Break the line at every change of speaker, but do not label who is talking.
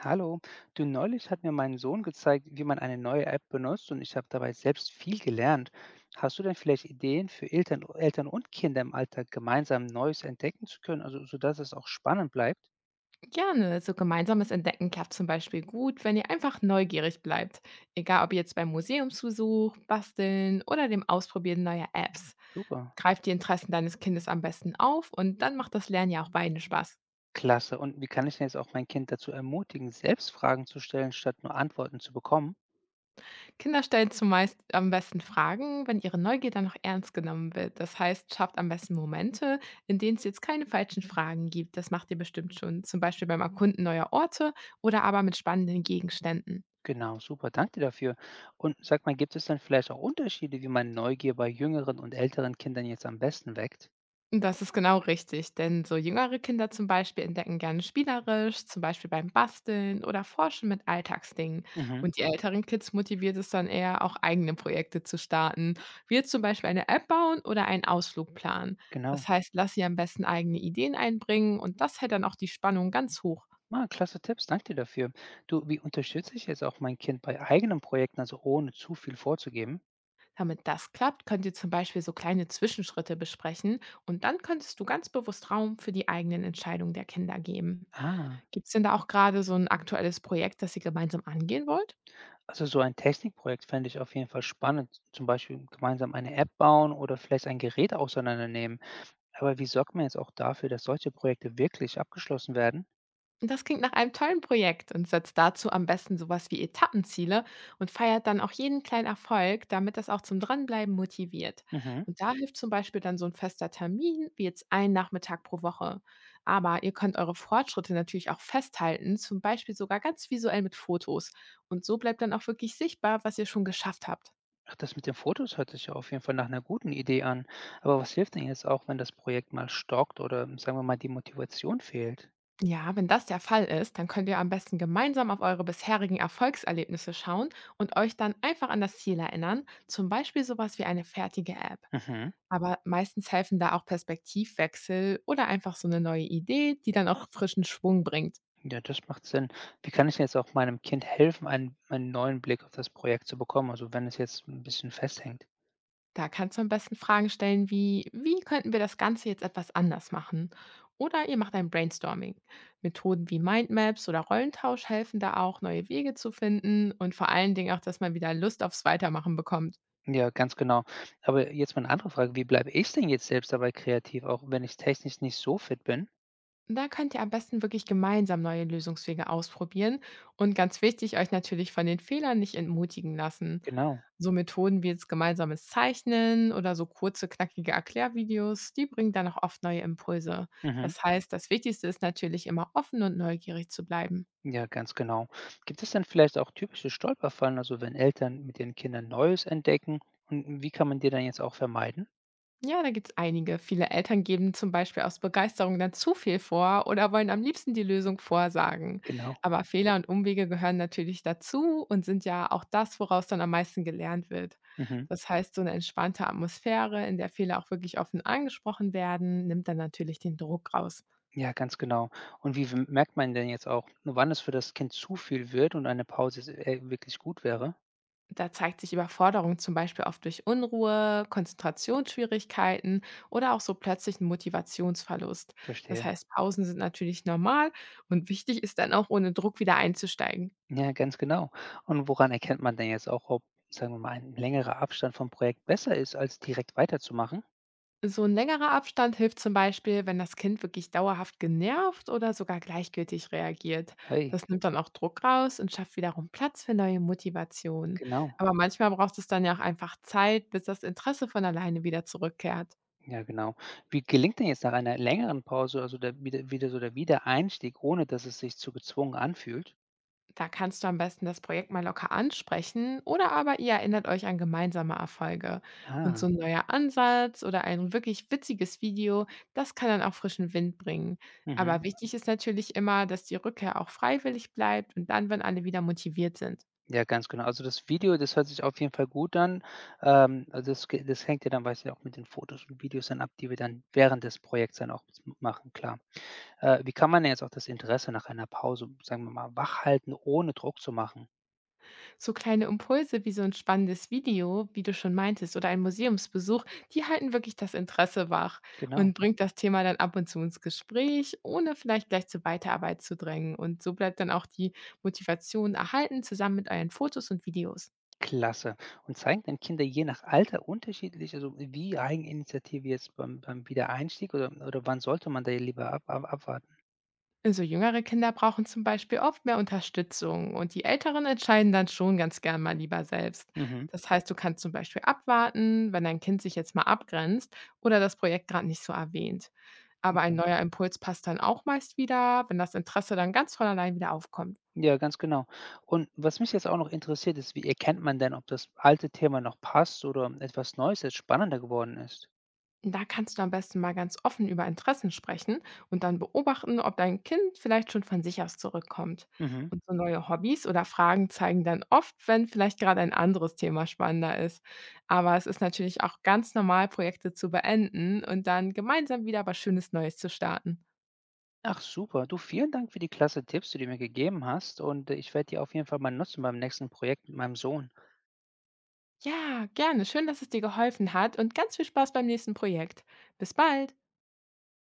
Hallo, du neulich hat mir mein Sohn gezeigt, wie man eine neue App benutzt und ich habe dabei selbst viel gelernt. Hast du denn vielleicht Ideen für Eltern, Eltern und Kinder im Alltag gemeinsam Neues entdecken zu können, also sodass es auch spannend bleibt?
Gerne, so gemeinsames Entdecken klappt zum Beispiel gut, wenn ihr einfach neugierig bleibt. Egal ob jetzt beim Museumsbesuch, Basteln oder dem Ausprobieren neuer Apps.
Super,
Greift die Interessen deines Kindes am besten auf und dann macht das Lernen ja auch beiden Spaß.
klasse. Und wie kann ich denn jetzt auch mein Kind dazu ermutigen, selbst Fragen zu stellen, statt nur Antworten zu bekommen?
Kinder stellen zumeist am besten Fragen, wenn ihre Neugier dann noch ernst genommen wird. Das heißt, schafft am besten Momente, in denen es jetzt keine falschen Fragen gibt. Das macht ihr bestimmt schon, zum Beispiel beim Erkunden neuer Orte oder aber mit spannenden Gegenständen.
Genau, super, danke dir dafür. Und sag mal, gibt es denn vielleicht auch Unterschiede, wie man Neugier bei jüngeren und älteren Kindern jetzt am besten weckt?
Das ist genau richtig, denn so jüngere Kinder zum Beispiel entdecken gerne spielerisch, zum Beispiel beim Basteln oder Forschen mit Alltagsdingen.
Mhm,
Und die älteren Kids motiviert es dann eher, auch eigene Projekte zu starten, wie jetzt zum Beispiel eine App bauen oder einen Ausflug planen.
genau.
Das heißt, lass sie am besten eigene Ideen einbringen und das hält dann auch die Spannung ganz hoch.
Ah, klasse Tipps, danke dir dafür. Du, wie unterstütze ich jetzt auch mein Kind bei eigenen Projekten, also ohne zu viel vorzugeben?
Damit das klappt, könnt ihr zum Beispiel so kleine Zwischenschritte besprechen und dann könntest du ganz bewusst Raum für die eigenen Entscheidungen der Kinder geben.
Ah,
Gibt's denn da auch gerade so 'n aktuelles Projekt, das ihr gemeinsam angehen wollt?
also so ein Technikprojekt fände ich auf jeden Fall spannend. Zum Beispiel gemeinsam eine App bauen oder vielleicht ein Gerät auseinandernehmen. Aber wie sorgt man jetzt auch dafür, dass solche Projekte wirklich abgeschlossen werden?
Das klingt nach einem tollen Projekt und setzt dazu am besten so was wie Etappenziele und feiert dann auch jeden kleinen Erfolg, damit das auch zum Dranbleiben motiviert.
Mhm.
Und da hilft zum Beispiel dann so 'n fester Termin, wie jetzt ein Nachmittag pro Woche. Aber ihr könnt eure Fortschritte natürlich auch festhalten, zum Beispiel sogar ganz visuell mit Fotos. Und so bleibt dann auch wirklich sichtbar, was ihr schon geschafft habt.
Ach, das mit den Fotos hört sich ja auf jeden Fall nach einer guten Idee an. Aber was hilft denn jetzt auch, wenn das Projekt mal stockt oder sagen wir mal die Motivation fehlt?
Ja, wenn das der Fall ist, dann könnt ihr am besten gemeinsam auf eure bisherigen Erfolgserlebnisse schauen und euch dann einfach an das Ziel erinnern, zum Beispiel sowas wie eine fertige App.
Mhm.
Aber meistens helfen da auch Perspektivwechsel oder einfach so eine neue Idee, die dann auch frischen Schwung bringt.
Ja, das macht Sinn. Wie kann ich denn jetzt auch meinem Kind helfen, einen neuen Blick auf das Projekt zu bekommen? Also wenn es jetzt ein bisschen festhängt.
Da kannst du am besten Fragen stellen wie, wie könnten wir das Ganze jetzt etwas anders machen? Oder ihr macht ein Brainstorming. Methoden wie Mindmaps oder Rollentausch helfen da auch, neue Wege zu finden und vor allen Dingen auch, dass man wieder Lust aufs Weitermachen bekommt.
Ja, ganz genau. Aber jetzt mal eine andere Frage. Wie bleibe ich denn jetzt selbst dabei kreativ, auch wenn ich technisch nicht so fit bin?
Da könnt ihr am besten wirklich gemeinsam neue Lösungswege ausprobieren und ganz wichtig, euch natürlich von den Fehlern nicht entmutigen lassen.
Genau.
So Methoden wie jetzt gemeinsames Zeichnen oder so kurze, knackige Erklärvideos, die bringen dann auch oft neue Impulse.
Mhm.
Das heißt, das Wichtigste ist natürlich immer offen und neugierig zu bleiben.
Ja, ganz genau. Gibt es dann vielleicht auch typische Stolperfallen, also wenn Eltern mit ihren Kindern Neues entdecken? Und wie kann man die dann jetzt auch vermeiden?
Ja, da gibt's einige. Viele Eltern geben zum Beispiel aus Begeisterung dann zu viel vor oder wollen am liebsten die Lösung vorsagen.
Genau.
Aber Fehler und Umwege gehören natürlich dazu und sind ja auch das, woraus dann am meisten gelernt wird.
Mhm.
Das heißt, so eine entspannte Atmosphäre, in der Fehler auch wirklich offen angesprochen werden, nimmt dann natürlich den Druck raus.
Ja, ganz genau. Und wie w merkt man denn jetzt auch, wann es für das Kind zu viel wird und eine Pause s wirklich gut wäre?
Da zeigt sich Überforderung zum Beispiel oft durch Unruhe, Konzentrationsschwierigkeiten oder auch so plötzlichen Motivationsverlust. Das
Verstehe.
heißt, Pausen sind natürlich normal und wichtig ist dann auch, ohne Druck wieder einzusteigen.
Ja, ganz genau. Und woran erkennt man denn jetzt auch, ob, sagen wir mal, ein längerer Abstand vom Projekt besser ist, als direkt weiterzumachen?
So ein längerer Abstand hilft zum Beispiel, wenn das Kind wirklich dauerhaft genervt oder sogar gleichgültig reagiert.
Hey,
Das nimmt dann auch Druck raus und schafft wiederum Platz für neue Motivationen.
genau.
Aber manchmal braucht es dann ja auch einfach Zeit, bis das Interesse von alleine wieder zurückkehrt.
Ja, genau. Wie gelingt denn jetzt nach einer längeren Pause, also der wieder so der Wiedereinstieg, ohne dass es sich zu gezwungen anfühlt?
Da kannst du am besten das Projekt mal locker ansprechen oder aber ihr erinnert euch an gemeinsame Erfolge. Und
Ah,
so ein neuer Ansatz oder ein wirklich witziges Video, das kann dann auch frischen Wind bringen.
mhm.
Aber wichtig ist natürlich immer, dass die Rückkehr auch freiwillig bleibt und dann, wenn alle wieder motiviert sind.
Ja, ganz genau. Also, das Video, das hört sich auf jeden Fall gut an. Das ge das hängt ja dann weiß ich auch mit den Fotos und Videos dann ab, die wir dann während des Projekts dann auch s machen, klar. Wie kann man denn jetzt auch das Interesse nach einer Pause, sagen wir mal, wachhalten, ohne Druck zu machen?
So kleine Impulse wie so ein spannendes Video, wie du schon meintest, oder ein Museumsbesuch, die halten wirklich das Interesse wach
Genau.
und bringt das Thema dann ab und zu ins Gespräch, ohne vielleicht gleich zur Weiterarbeit zu drängen. Und so bleibt dann auch die Motivation erhalten, zusammen mit euren Fotos und Videos.
Klasse. Und zeigen dann Kinder je nach Alter unterschiedlich, also, wie Eigeninitiative jetzt beim Wiedereinstieg oder wann sollte man da lieber ab abwarten?
Also jüngere Kinder brauchen zum Beispiel oft mehr Unterstützung und die Älteren entscheiden dann schon ganz gern mal lieber selbst.
Mhm,
Das heißt, du kannst zum Beispiel abwarten, wenn dein Kind sich jetzt mal abgrenzt oder das Projekt gerade nicht so erwähnt. Aber ein
okay.
neuer Impuls passt dann auch meist wieder, wenn das Interesse dann ganz von allein wieder aufkommt.
Ja, ganz genau. Und was mich jetzt auch noch interessiert, ist, wie erkennt man denn, ob das alte Thema noch passt oder etwas Neues jetzt spannender geworden ist?
Da kannst du am besten mal ganz offen über Interessen sprechen und dann beobachten, ob dein Kind vielleicht schon von sich aus zurückkommt.
Mhm.
Und so neue Hobbys oder Fragen zeigen dann oft, wenn vielleicht gerade ein anderes Thema spannender ist. Aber es ist natürlich auch ganz normal, Projekte zu beenden und dann gemeinsam wieder was Schönes Neues zu starten.
Ach super. Du, vielen Dank für die klasse Tipps, die du mir gegeben hast. Und ich werde die auf jeden Fall mal nutzen beim nächsten Projekt mit meinem Sohn.
Ja, gerne. Schön, dass es dir geholfen hat und ganz viel Spaß beim nächsten Projekt. Bis bald.